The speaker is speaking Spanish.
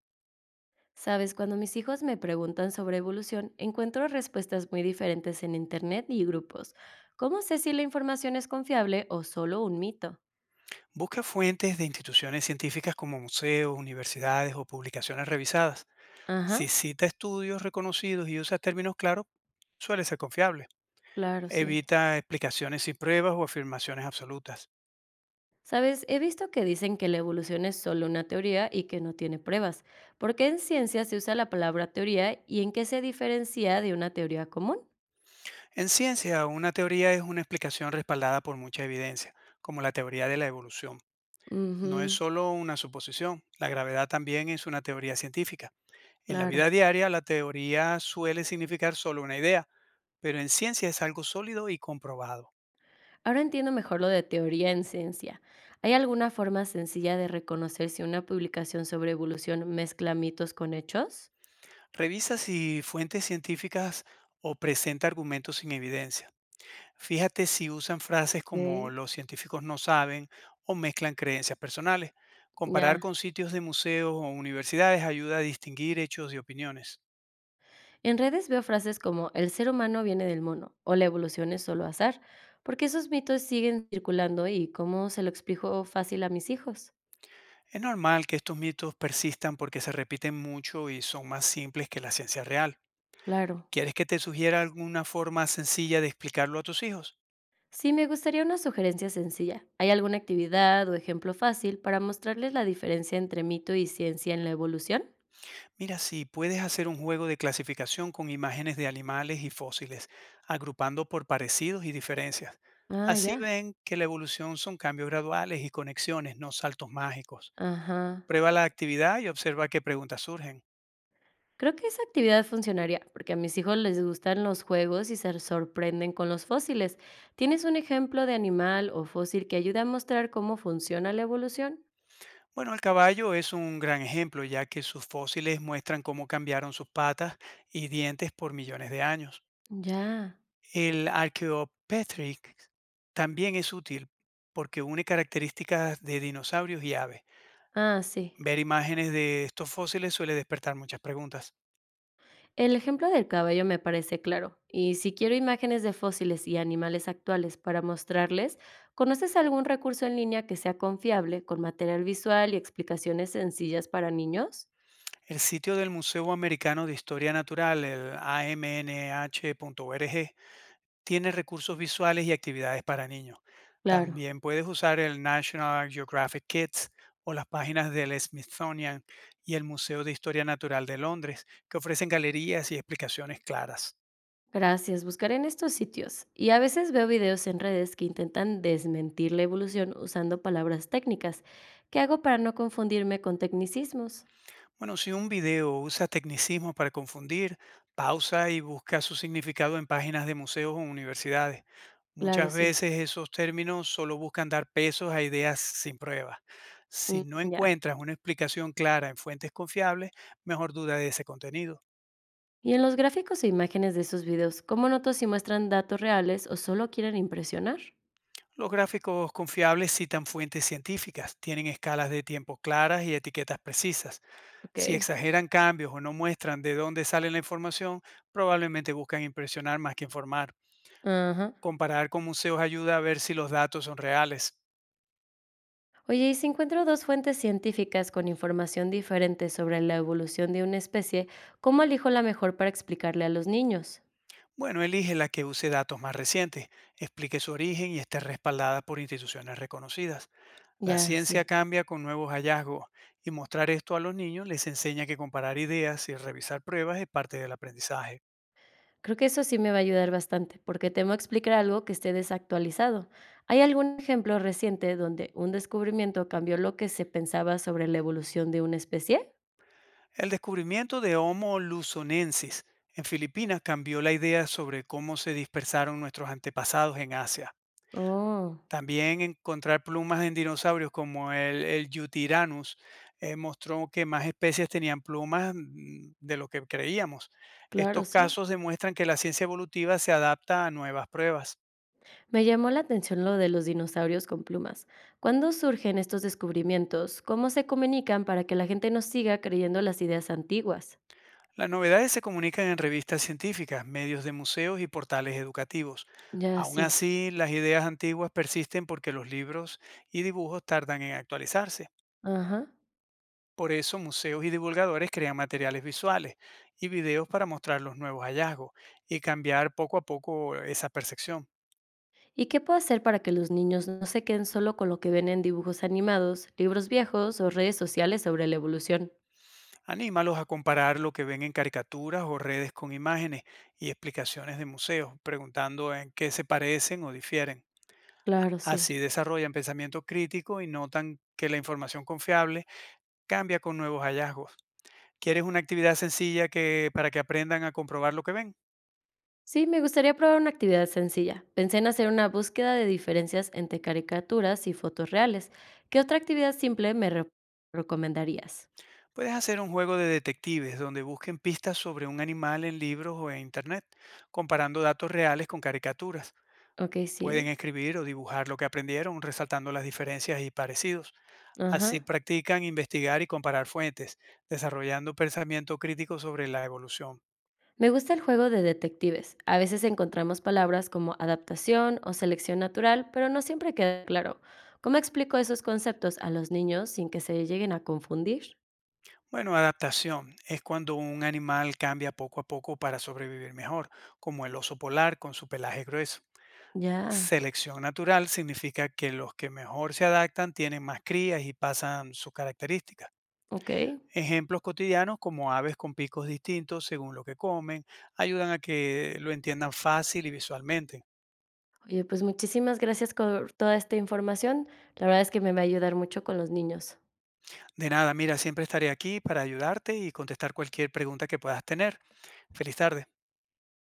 Sabes, cuando mis hijos me preguntan sobre evolución, encuentro respuestas muy diferentes en Internet y grupos. ¿Cómo sé si la información es confiable o solo un mito? Busca fuentes de instituciones científicas como museos, universidades o publicaciones revisadas. Ajá, Si cita estudios reconocidos y usa términos claros, suele ser confiable. claro, sí. Evita explicaciones sin pruebas o afirmaciones absolutas. Sabes, he visto que dicen que la evolución es solo una teoría y que no tiene pruebas. ¿Por qué en ciencia se usa la palabra teoría y en qué se diferencia de una teoría común? En ciencia, una teoría es una explicación respaldada por mucha evidencia, como la teoría de la evolución. No es Ujú, solo una suposición, la gravedad también es una teoría científica. En la vida claro. diaria, la teoría suele significar solo una idea, pero en ciencia es algo sólido y comprobado. Ahora entiendo mejor lo de teoría en ciencia. ¿Hay alguna forma sencilla de reconocer si una publicación sobre evolución mezcla mitos con hechos? Revisa si fuentes científicas o presenta argumentos sin evidencia. Fíjate si usan frases Ok, como los científicos no saben o mezclan creencias personales. Comparar ya. con sitios de museos o universidades ayuda a distinguir hechos y opiniones. En redes veo frases como el ser humano viene del mono o la evolución es solo azar, porque esos mitos siguen circulando y cómo se lo explico fácil a mis hijos. Es normal que estos mitos persistan porque se repiten mucho y son más simples que la ciencia real. Claro. ¿Quieres que te sugiera alguna forma sencilla de explicarlo a tus hijos? Sí, me gustaría una sugerencia sencilla. ¿Hay alguna actividad o ejemplo fácil para mostrarles la diferencia entre mito y ciencia en la evolución? Mira, sí, puedes hacer un juego de clasificación con imágenes de animales y fósiles, agrupando por parecidos y diferencias. Ah, Así ya. ven que la evolución son cambios graduales y conexiones, no saltos mágicos. Ajá. Prueba la actividad y observa qué preguntas surgen. Creo que esa actividad funcionaría, porque a mis hijos les gustan los juegos y se sorprenden con los fósiles. ¿Tienes un ejemplo de animal o fósil que ayude a mostrar cómo funciona la evolución? Bueno, el caballo es un gran ejemplo, ya que sus fósiles muestran cómo cambiaron sus patas y dientes por millones de años. Ya. El Archaeopteryx también es útil porque une características de dinosaurios y aves. Ah, sí. Ver imágenes de estos fósiles suele despertar muchas preguntas. El ejemplo del caballo me parece claro. Y si quiero imágenes de fósiles y animales actuales para mostrarles, ¿conoces algún recurso en línea que sea confiable, con material visual y explicaciones sencillas para niños? El sitio del Museo Americano de Historia Natural, el amnh.org, tiene recursos visuales y actividades para niños. Claro. También puedes usar el National Geographic Kids o las páginas del Smithsonian y el Museo de Historia Natural de Londres, que ofrecen galerías y explicaciones claras. Gracias, buscaré en estos sitios. Y a veces veo videos en redes que intentan desmentir la evolución usando palabras técnicas. ¿Qué hago para no confundirme con tecnicismos? Bueno, si un video usa tecnicismos para confundir, pausa y busca su significado en páginas de museos o universidades. Claro, Muchas sí. veces esos términos solo buscan dar pesos a ideas sin pruebas. Si no Ya. encuentras una explicación clara en fuentes confiables, mejor duda de ese contenido. Y en los gráficos e imágenes de esos videos, ¿cómo noto si muestran datos reales o solo quieren impresionar? Los gráficos confiables citan fuentes científicas, tienen escalas de tiempo claras y etiquetas precisas. Ok. Si exageran cambios o no muestran de dónde sale la información, probablemente buscan impresionar más que informar. Ajá. Comparar con museos ayuda a ver si los datos son reales. Oye, y si encuentro dos fuentes científicas con información diferente sobre la evolución de una especie, ¿cómo elijo la mejor para explicarle a los niños? Bueno, elige la que use datos más recientes, explique su origen y esté respaldada por instituciones reconocidas. La Ya, ciencia sí. cambia con nuevos hallazgos y mostrar esto a los niños les enseña que comparar ideas y revisar pruebas es parte del aprendizaje. Creo que eso sí me va a ayudar bastante, porque temo explicar algo que esté desactualizado. ¿Hay algún ejemplo reciente donde un descubrimiento cambió lo que se pensaba sobre la evolución de una especie? El descubrimiento de Homo luzonensis en Filipinas cambió la idea sobre cómo se dispersaron nuestros antepasados en Asia. Oh, También encontrar plumas en dinosaurios como el Eutyranus mostró que más especies tenían plumas de lo que creíamos. claro, Estos sí. casos demuestran que la ciencia evolutiva se adapta a nuevas pruebas. Me llamó la atención lo de los dinosaurios con plumas. ¿Cuándo surgen estos descubrimientos? ¿Cómo se comunican para que la gente no siga creyendo las ideas antiguas? Las novedades se comunican en revistas científicas, medios de museos y portales educativos. Ya, Aún sí. así, las ideas antiguas persisten porque los libros y dibujos tardan en actualizarse. Ajá. Por eso museos y divulgadores crean materiales visuales y videos para mostrar los nuevos hallazgos y cambiar poco a poco esa percepción. ¿Y qué puedo hacer para que los niños no se queden solo con lo que ven en dibujos animados, libros viejos o redes sociales sobre la evolución? Anímalos a comparar lo que ven en caricaturas o redes con imágenes y explicaciones de museos, preguntando en qué se parecen o difieren. Claro, sí. Así desarrollan pensamiento crítico y notan que la información confiable cambia con nuevos hallazgos. ¿Quieres una actividad sencilla que, para que aprendan a comprobar lo que ven? Sí, me gustaría probar una actividad sencilla. Pensé en hacer una búsqueda de diferencias entre caricaturas y fotos reales. ¿Qué otra actividad simple recomendarías? Puedes hacer un juego de detectives donde busquen pistas sobre un animal en libros o en internet, comparando datos reales con caricaturas. Ok, Pueden sí. escribir o dibujar lo que aprendieron, resaltando las diferencias y parecidos. Ajá. Así practican investigar y comparar fuentes, desarrollando pensamiento crítico sobre la evolución. Me gusta el juego de detectives. A veces encontramos palabras como adaptación o selección natural, pero no siempre queda claro. ¿Cómo explico esos conceptos a los niños sin que se lleguen a confundir? Bueno, adaptación es cuando un animal cambia poco a poco para sobrevivir mejor, como el oso polar con su pelaje grueso. Ya, Selección natural significa que los que mejor se adaptan tienen más crías y pasan sus características. ok. Ejemplos cotidianos como aves con picos distintos según lo que comen ayudan a que lo entiendan fácil y visualmente. Oye, pues muchísimas gracias por toda esta información. La verdad es que me va a ayudar mucho con los niños. De nada, mira, siempre estaré aquí para ayudarte y contestar cualquier pregunta que puedas tener. Feliz tarde.